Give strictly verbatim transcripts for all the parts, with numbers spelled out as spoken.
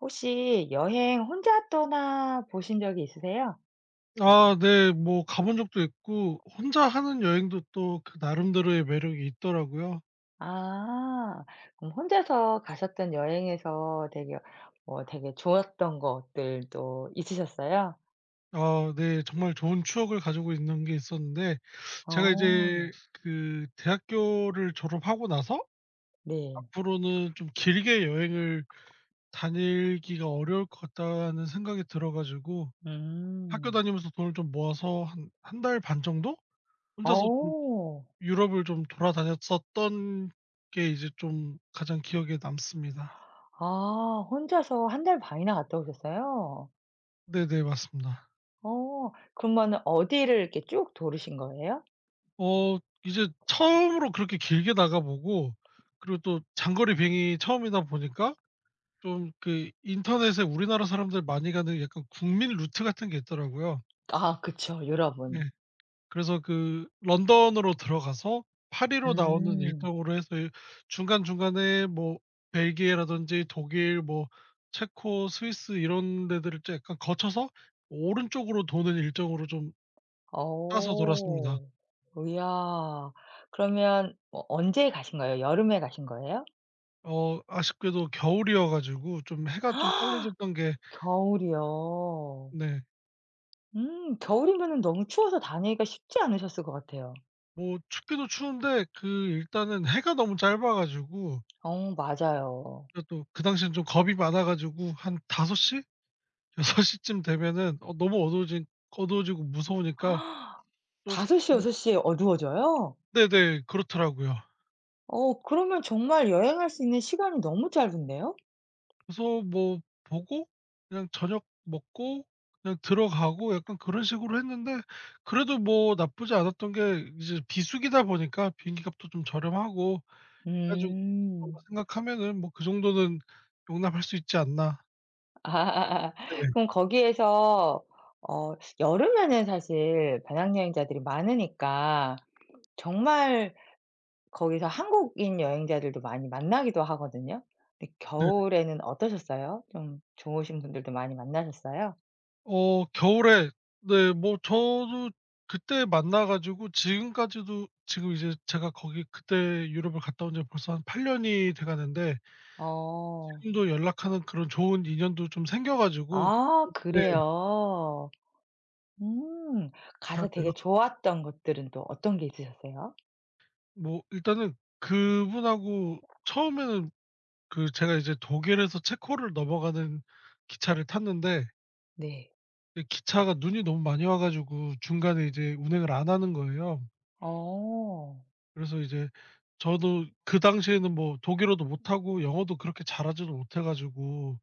혹시 여행 혼자 떠나 보신 적이 있으세요? 아 네. 뭐 가본 적도 있고 혼자 하는 여행도 또 그 나름대로의 매력이 있더라고요. 아. 그럼 혼자서 가셨던 여행에서 되게 뭐 되게 좋았던 것들도 있으셨어요? 아 네. 정말 좋은 추억을 가지고 있는 게 있었는데 제가 어. 이제 그 대학교를 졸업하고 나서 네. '앞으로는 좀 길게 여행을 다니기가 어려울 것 같다.'는 생각이 들어 가지고 학교 음. 다니면서 돈을 좀 모아서 한 한 달 반 정도 혼자서 좀 어. 유럽을 좀 돌아다녔었던 게 이제 좀 가장 기억에 남습니다. 아 혼자서 한 달 반이나 갔다 오셨어요? 네네. 맞습니다. 어. 그러면 어디를 이렇게 쭉 돌으신 거예요? 어 이제 처음으로 그렇게 길게 나가보고, 그리고 또 장거리 비행이 처음이다 보니까 좀 그 인터넷에 우리나라 사람들 많이 가는 약간 국민 루트 같은 게 있더라고요. 아 그쵸. 네. 유럽은. 그래서 그 런던으로 들어가서 파리로 나오는 음. 일정으로 해서 중간중간에 뭐 벨기에라든지 독일 뭐 체코, 스위스 이런 데들을 좀 약간 거쳐서 오른쪽으로 도는 일정으로 좀 짜서 돌았습니다. 어. 이야. 그러면 어 언제 가신 거예요? 여름에 가신 거예요? 어 아쉽게도 겨울이어 가지고 좀 해가 좀 빨리 졌던 게 겨울이요. 네. 음 겨울이면은 너무 추워서 다니기가 쉽지 않으셨을 것 같아요. 뭐 춥기도 추운데 그 일단은 해가 너무 짧아 가지고 어 맞아요. 제가 또 그 당시엔 좀 겁이 많아 가지고 한 다섯 시? 여섯 시쯤 되면은 어 너무 어두워진 어두워지고 무서우니까 다섯 시6 쪼끔. 섯시에 어두워져요? 네네. 그렇더라고요. 어 그러면 정말 여행할 수 있는 시간이 너무 짧은데요? 그래서 뭐 보고 그냥 저녁 먹고 그냥 들어가고 약간 그런 식으로 했는데 그래도 뭐 나쁘지 않았던 게 이제 비수기다 보니까 비행기 값도 좀 저렴하고 그래 가지고 그런 거 음. 생각하면은 뭐 그 정도는 용납할 수 있지 않나. 아. 네네. 그럼 거기에서 어 여름에는 사실 배낭여행자들이 많으니까 정말 거기서 한국인 여행자들도 많이 만나기도 하거든요. 근데 네 겨울에는 어떠셨어요? 좀 좋으신 분들도 많이 만나셨어요? 어 겨울에 네 뭐 저도 그때 만나 가지고 지금까지도, 지금 이제 제가 거기 그때 유럽을 갔다 온 지가 벌써 한 팔 년이 돼 가는데 어. 지금도 연락하는 그런 좋은 인연도 좀 생겨 가지고 아 네 그래요. 음. 잘 가서 되게 연락. 좋았던 것들은 또 어떤 게 있으셨어요? 뭐 일단은 그분하고 처음에는, 그 제가 이제 독일에서 체코를 넘어가는 기차를 탔는데 네. 이 기차가 눈이 너무 많이 와 가지고 중간에 이제 운행을 안 하는 거예요. 어. 그래서 이제 저도 그 당시에는 뭐 독일어도 못하고 영어도 그렇게 잘하지도 못해 가지고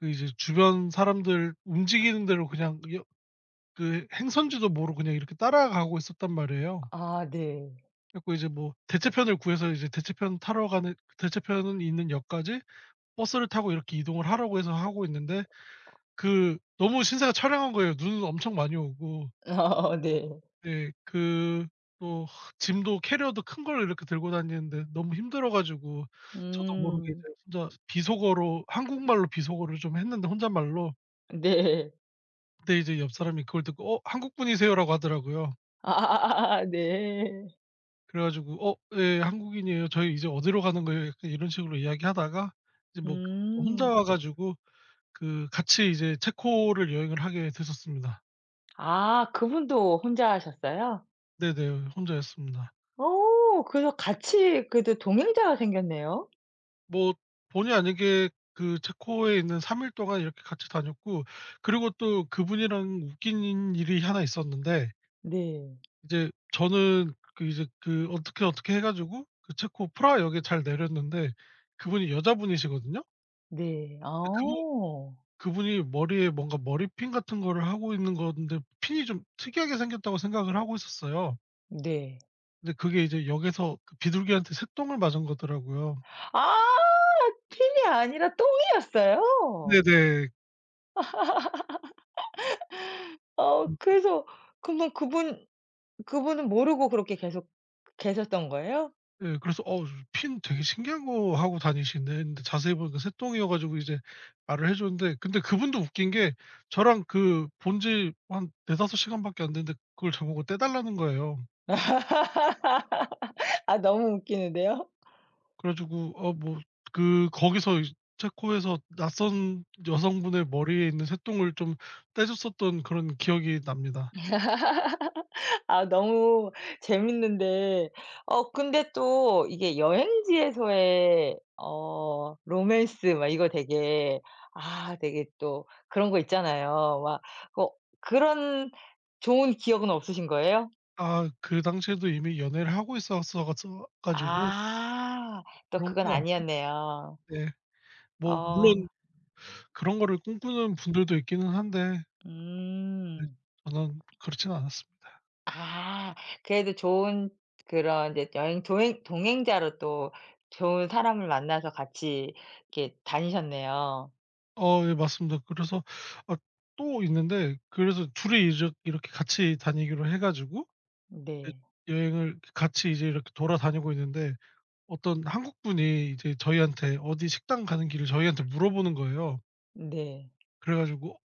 그 이제 주변 사람들 움직이는 대로 그냥 여 그 행선지도 모르고 그냥 이렇게 따라가고 있었단 말이에요. 아 네. 그래 고 이제 뭐 대체편을 구해서 이제 대체편 타러 가는, 대체편은 있는 역까지 버스를 타고 이렇게 이동을 하라고 해서 하고 있는데, 그 너무 신세가 촬영한 거예요. 눈은 엄청 많이 오고. 어 네. 네. 그 또 짐도 캐리어도 큰 걸 이렇게 들고 다니는데 너무 힘들어 가지고 저도 모르게 음. 이제 혼자 비속어로, 한국말로 비속어를 좀 했는데 혼잣말로. 네. 근데 이제 옆 사람이 그걸 듣고 "어 한국분이세요?"라고 하더라고요. 아아아아 네. 그래 가지고 "어 예. 한국인이에요. 저희 이제 어디로 가는 거예요?" 약간 이런 식으로 이야기하다가 이제 뭐 그분도 혼자 음. 와 가지고 그 같이 이제 체코를 여행을 하게 됐었습니다. 아 그분도 혼자 하셨어요? 네네. 혼자였습니다. 어 그래서 같이 그래도 동행자가 생겼네요. 뭐 본의 아니게 그 체코에 있는 삼 일 동안 이렇게 같이 다녔고 그리고 또 그분이랑 웃긴 일이 하나 있었는데, 네. 이제 저는 그 이제 그 어떻게, 어떻게 해 가지고 그 체코 프라하역에 잘 내렸는데 그분이 여자분이시거든요. 네. 아. 근데 그분 그분이 머리에 뭔가 머리핀 같은 거를 하고 있는 건데 핀이 좀 특이하게 생겼다고 생각을 하고 있었어요. 네. 근데 그게 이제 역에서 그 비둘기한테 새똥을 맞은 거더라고요. 아 핀이 아니라 똥이었어요? 네네. 어 그래서 그러면 그분 그분은 모르고 그렇게 계속 계셨던 거예요? 예. 그래서 어 핀 되게 신기한 거 하고 다니시네 했는데 자세히 보니까 새똥이어 가지고 이제 말을 해 줬는데 근데 그분도 웃긴 게, 저랑 그 본 지 한 네다섯 시간밖에 안 됐는데 그걸 저보고 떼 달라는 거예요. 아 너무 웃기는데요. 그래 가지고 어 뭐 그 거기서 이제 체코에서 낯선 여성분의 머리에 있는 새똥을 좀 떼 줬었던 그런 기억이 납니다. 아 너무 재밌는데 어 근데 또 이게 여행지에서의 어 로맨스 막 이거 되게 아 되게 또 그런 거 있잖아요. 막 어 그런 좋은 기억은 없으신 거예요? 아 그 당시에도 이미 연애를 하고 있었어 갔어 가지고 아 또 그런 그건 건 아니었네요. 아닌데 뭐 어 물론 그런 거를 꿈꾸는 분들도 있기는 한데 네. 음. 저는 그렇진 않았습니다. 아 그래도 좋은 그런 이제 여행 동행 동행자로 또 좋은 사람을 만나서 같이 이렇게 다니셨네요. 어 예 맞습니다. 그래서 아 또 있는데, 그래서 둘이 이제 이렇게 같이 다니기로 해 가지고 이제 네. 여행을 같이 이제 이렇게 돌아다니고 있는데 어떤 한국 분이 이제 저희한테 어디 식당 가는 길을 저희한테 물어보는 거예요. 네. 그래 가지고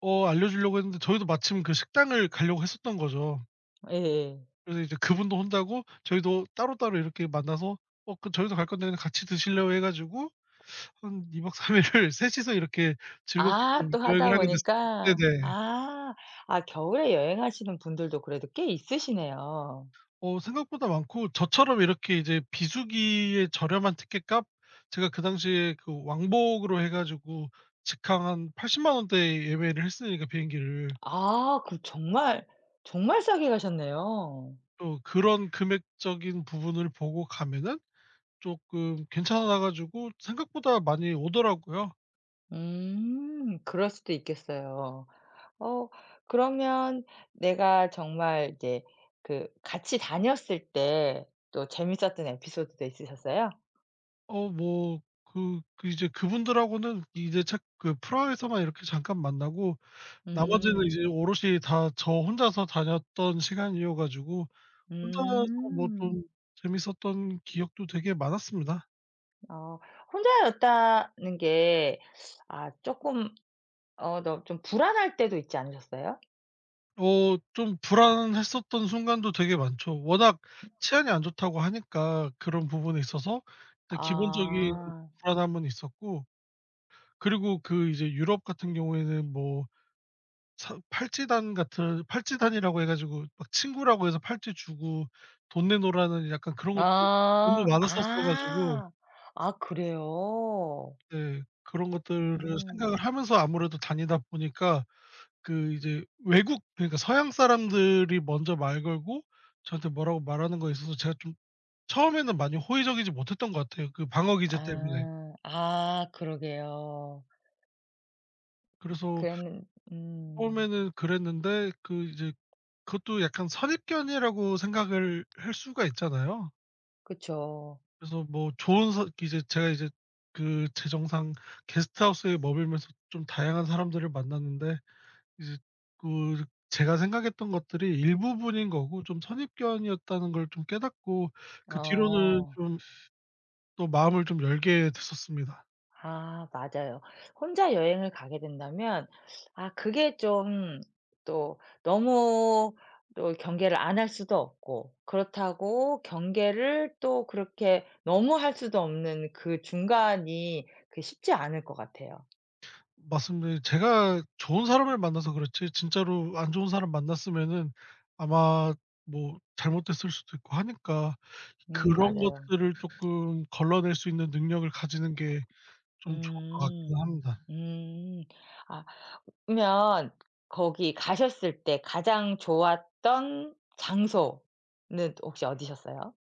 어 알려주려고 했는데 저희도 마침 그 식당을 가려고 했었던 거죠. 예예. 그래서 이제 그분도 혼자고 저희도 따로따로 이렇게 만나서 "어 그 저희도 갈 건데 그냥 같이 드실래요?" 해 가지고 한 이 박 삼 일을 셋이서 이렇게 즐겁게 아 좀 또 여행을 하다 하게 됐습니다. 보니까. 네네. 아. 아 겨울에 여행하시는 분들도 그래도 꽤 있으시네요. 어 생각보다 많고, 저처럼 이렇게 이제 비수기에 저렴한 티켓값, 제가 그 당시에 그 왕복으로 해 가지고 직항 한 팔십만 원대에 예매를 했으니까 비행기를. 아 그 정말, 정말 싸게 가셨네요. 또 그런 금액적인 부분을 보고 가면은 쪼끔 괜찮아 가지고 생각보다 많이 오더라고요. 음. 그럴 수도 있겠어요. 어 그러면 내가 정말 이제 그 같이 다녔을 때 또 재밌었던 에피소드도 있으셨어요? 어 뭐 그 그 이제 그분들하고는 이제 책 그 프라하에서만 이렇게 잠깐 만나고 나머지는 음. 이제 오롯이 다 저 혼자서 다녔던 시간이어 가지고 혼자서 뭐 좀 음. 재밌었던 기억도 되게 많았습니다. 어 혼자였다는 게 아 조금 어 너 좀 불안할 때도 있지 않으셨어요? 어 좀 불안했었던 순간도 되게 많죠. 워낙 치안이 안 좋다고 하니까 그런 부분에 있어서 일단 기본적인 아. 불안함은 있었고 그리고 그 이제 유럽 같은 경우에는 뭐 사 팔찌단 같은 팔찌단이라고 해 가지고 막 친구라고 해서 팔찌 주고 돈 내놓으라는 약간 그런 것도 너무 아. 많았었어 가지고 아. 아 그래요? 네. 그런 것들을 음. 생각을 하면서 아무래도 다니다 보니까 그 이제 외국, 그러니까 서양 사람들이 먼저 말 걸고 저한테 뭐라고 말하는 거에 있어서 제가 좀 처음에는 많이 호의적이지 못했던 것 같아요, 그 방어 기제 때문에. 아. 아 그러게요. 그래서 그랬는 음. 처음에는 그랬는데 그 이제 그것도 약간 선입견이라고 생각을 할 수가 있잖아요. 그쵸. 그래서 뭐 좋은 서 이제 제가 이제 그 재정상 게스트하우스에 머물면서 좀 다양한 사람들을 만났는데, 이제 그 제가 생각했던 것들이 일부분인 거고 좀 선입견이었다는 걸 좀 깨닫고 그 뒤로는 어. 좀 또 마음을 좀 열게 됐었습니다. 아 맞아요. 혼자 여행을 가게 된다면 아 그게 좀 또 너무 또 경계를 안 할 수도 없고 그렇다고 경계를 또 그렇게 너무 할 수도 없는 그 중간이 그 쉽지 않을 것 같아요. 맞습니다. 제가 좋은 사람을 만나서 그렇지 진짜로 안 좋은 사람 만났으면은 아마 뭐 잘못됐을 수도 있고 하니까 음 그런 맞아요. 것들을 쪼끔 걸러낼 수 있는 능력을 가지는 게 좀 좋을 것 같기는 음. 합니다. 음. 아 그러면 거기 가셨을 때 가장 좋았던 장소는 혹시 어디셨어요?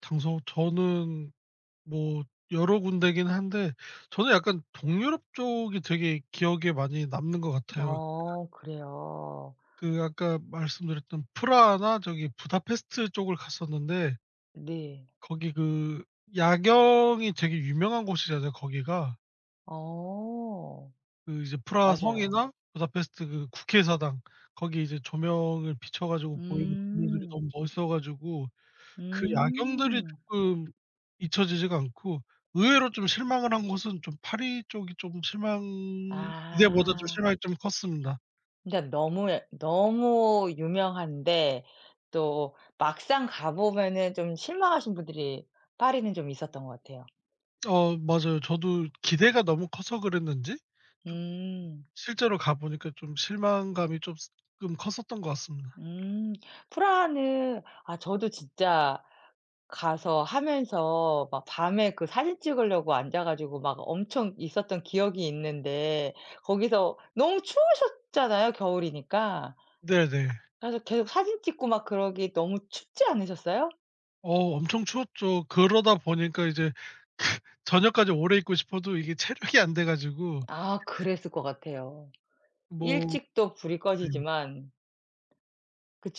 당소 저는 뭐 여러 군데긴 한데 저는 약간 동유럽 쪽이 되게 기억에 많이 남는 것 같아요. 어 그래요. 그 아까 말씀드렸던 프라하나 저기 부다페스트 쪽을 갔었는데 네. 거기 그 야경이 되게 유명한 곳이잖아요, 거기가. 어. 그 이제 프라하 맞아요. 성이나 부다페스트 그 국회의사당 거기 이제 조명을 비춰 가지고 보이는 건물들이 너무 음. 멋있어 가지고 그 야경들이 음. 조금 잊혀지지가 않고, 의외로 좀 실망을 한 곳은 좀 파리 쪽이 좀 실망. 기대보다 좀 아. 실망이 좀 컸습니다. 그러 너무 예 너무 유명한데 또 막상 가 보면은 좀 실망하신 분들이 파리는 좀 있었던 것 같아요. 어 맞아요. 저도 기대가 너무 커서 그랬는지 좀 음. 실제로 가 보니까 좀 실망감이 쪼끔 컸었던 것 같습니다. 음. 프라하는 아 저도 진짜 가서 하면서 막 밤에 그 사진 찍으려고 앉아 가지고 막 엄청 있었던 기억이 있는데 거기서 너무 추우셨잖아요, 겨울이니까. 네네. 그래서 계속 사진 찍고 막 그러기 너무 춥지 않으셨어요? 어 엄청 추웠죠. 그러다 보니까 이제 그 저녁까지 오래 있고 싶어도 이게 체력이 안 돼 가지고 아 그랬을 것 같아요. 뭐 일찍도 불이 네. 꺼지지만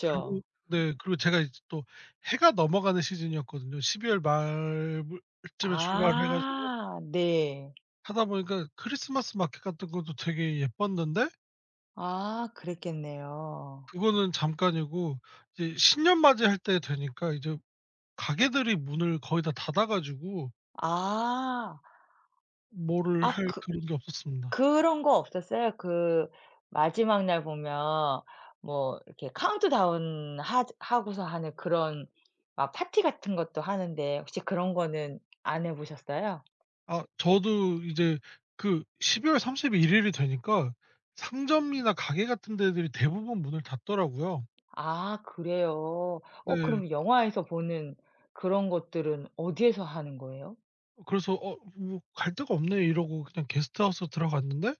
그리고 네 그리고 제가 이제 또 해가 넘어가는 시즌이었거든요. 십이월 말쯤에 출발을 해 가지고 아 네. 하다 보니까 크리스마스 마켓 같은 것도 되게 예뻤는데 아 그랬겠네요. 그거는 잠깐이고 이제 신년 맞이할 때 되니까 이제 가게들이 문을 거의 다 닫아 가지고 아. 뭐를 아할 그 그런 게 없었습니다. 그런 거 없었어요. 그 마지막 날 보면 뭐 이렇게 카운트다운 하 하고서 하는 그런 막 파티 같은 것도 하는데 혹시 그런 거는 안 해 보셨어요? 아 저도 이제 그 십이월 삼십일 일이 되니까 상점이나 가게 같은 데들이 대부분 문을 닫더라고요. 아 그래요. 어 네. 그럼 영화에서 보는 그런 것들은 어디에서 하는 거예요? 그래서 '어 뭐 갈 데가 없네.' 이러고 그냥 게스트하우스 들어갔는데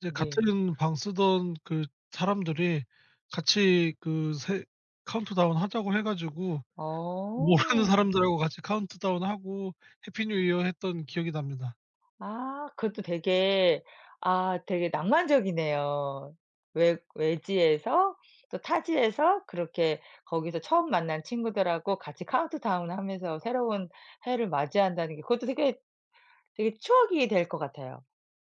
이제 네. 같은 방 쓰던 그 사람들이 같이 그 세 카운트다운 하자고 해 가지고 모르는 어. 사람들하고 같이 카운트다운하고 해피 뉴 이어 했던 기억이 납니다. 아 그것도 되게 아 되게 낭만적이네요. 외 외지에서 또 타지에서 그렇게 거기서 처음 만난 친구들하고 같이 카운트다운 하면서 새로운 해를 맞이한다는 게 그것도 되게, 되게 추억이 될 것 같아요.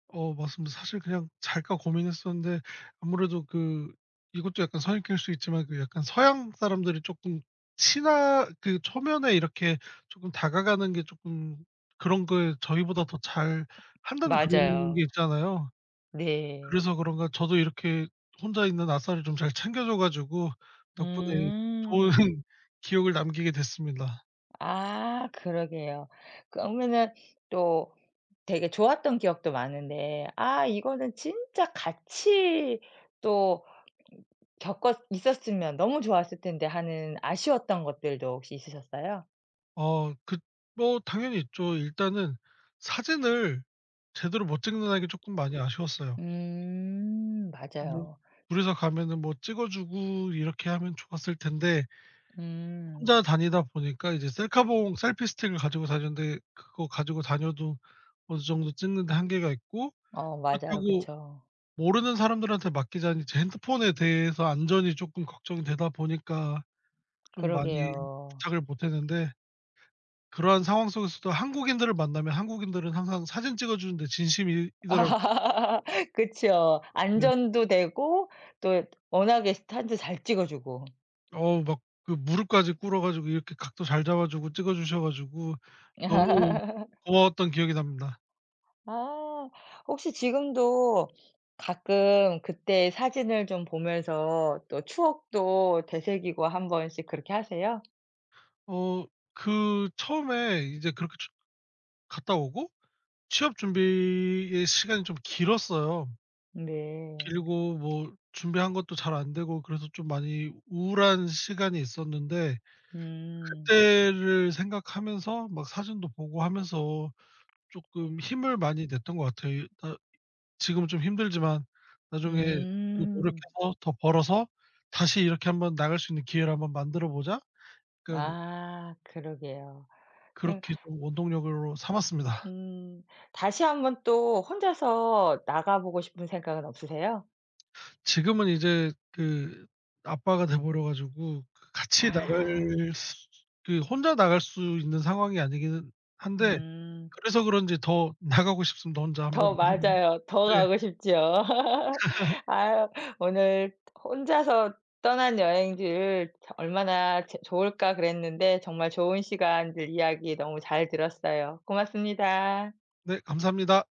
어 맞습니다. 사실 그냥 잘까 고민했었는데 아무래도 그 이것도 약간 선입견일 수 있지만 그 약간 서양 사람들이 조금 친하 그 초면에 이렇게 조금 다가가는 게 조금 그런 거에 저희보다 더 잘한다는 그런 게 맞아요. 있잖아요. 네. 그래서 그런가 저도 이렇게 혼자 있는 아싸를 좀 잘 챙겨 줘 가지고 덕분에 좋은 음. 기억을 남기게 됐습니다. 아 그러게요. 그러면은 또 되게 좋았던 기억도 많은데 아 이거는 진짜 같이 또 겪었 있었으면 너무 좋았을 텐데 하는 아쉬웠던 것들도 혹시 있으셨어요? 어 그 뭐 당연히 있죠. 일단은 사진을 제대로 못 찍는다는 게 조금 많이 아쉬웠어요. 음 아 물론 맞아요. 둘이서 가면은 뭐 찍어 주고 이렇게 하면 좋았을 텐데 음. 혼자 다니다 보니까 이제 셀카봉, 셀피 스틱을 가지고 다녔는데 그거 가지고 다녀도 어느 정도 찍는 데 한계가 있고 어 맞아요. 그렇다고 그쵸. 모르는 사람들한테 맡기자니 제 핸드폰에 대해서 안전이 조금 걱정이 되다 보니까 좀 많이 그러게요. 부탁을 못 했는데 그러한 상황 속에서도 한국인들을 만나면 한국인들은 항상 사진 찍어 주는데 진심이더라고요. 그쵸. 네. 안전도 되고 또 워낙에 사진도 잘 찍어 주고. 어우 막 그 무릎까지 꿇어 가지고 이렇게 각도 잘 잡아 주고 찍어 주셔 가지고 너무 고마웠던 기억이 납니다. 아. 혹시 지금도 가끔 그때 사진을 좀 보면서 또 추억도 되새기고 한 번씩 그렇게 하세요? 어 그 처음에 이제 그렇게 주 갔다 오고 취업 준비의 시간이 좀 길었어요. 네. 길고 뭐 준비한 것도 잘 안 되고 그래서 좀 많이 우울한 시간이 있었는데 음. 그때를 생각하면서 막 사진도 보고 하면서 쪼끔 힘을 많이 냈던 것 같아요. 나 지금은 좀 힘들지만 나중에 좀 음. 노력해서 더 벌어서 다시 이렇게 한번 나갈 수 있는 기회를 한번 만들어 보자. 약간 아 그러게요. 예 음. 그렇게 좀 원동력으로 삼았습니다. 음, 다시 한번 또 혼자서 나가 보고 싶은 생각은 없으세요? 지금은 이제 그 아빠가 돼 버려 가지고 그 같이 아. 나갈 수 그 혼자 나갈 수 있는 상황이 아니기는 한데 음. 그래서 그런지 더 나가고 싶습니다, 혼자 더 한번 나가 보고. 맞아요. 더 네. 가고 싶죠. 아유 오늘 혼자서 떠난 여행지를 얼마나 제 좋을까 그랬는데 정말 좋은 시간들 이야기 너무 잘 들었어요. 고맙습니다. 네 감사합니다.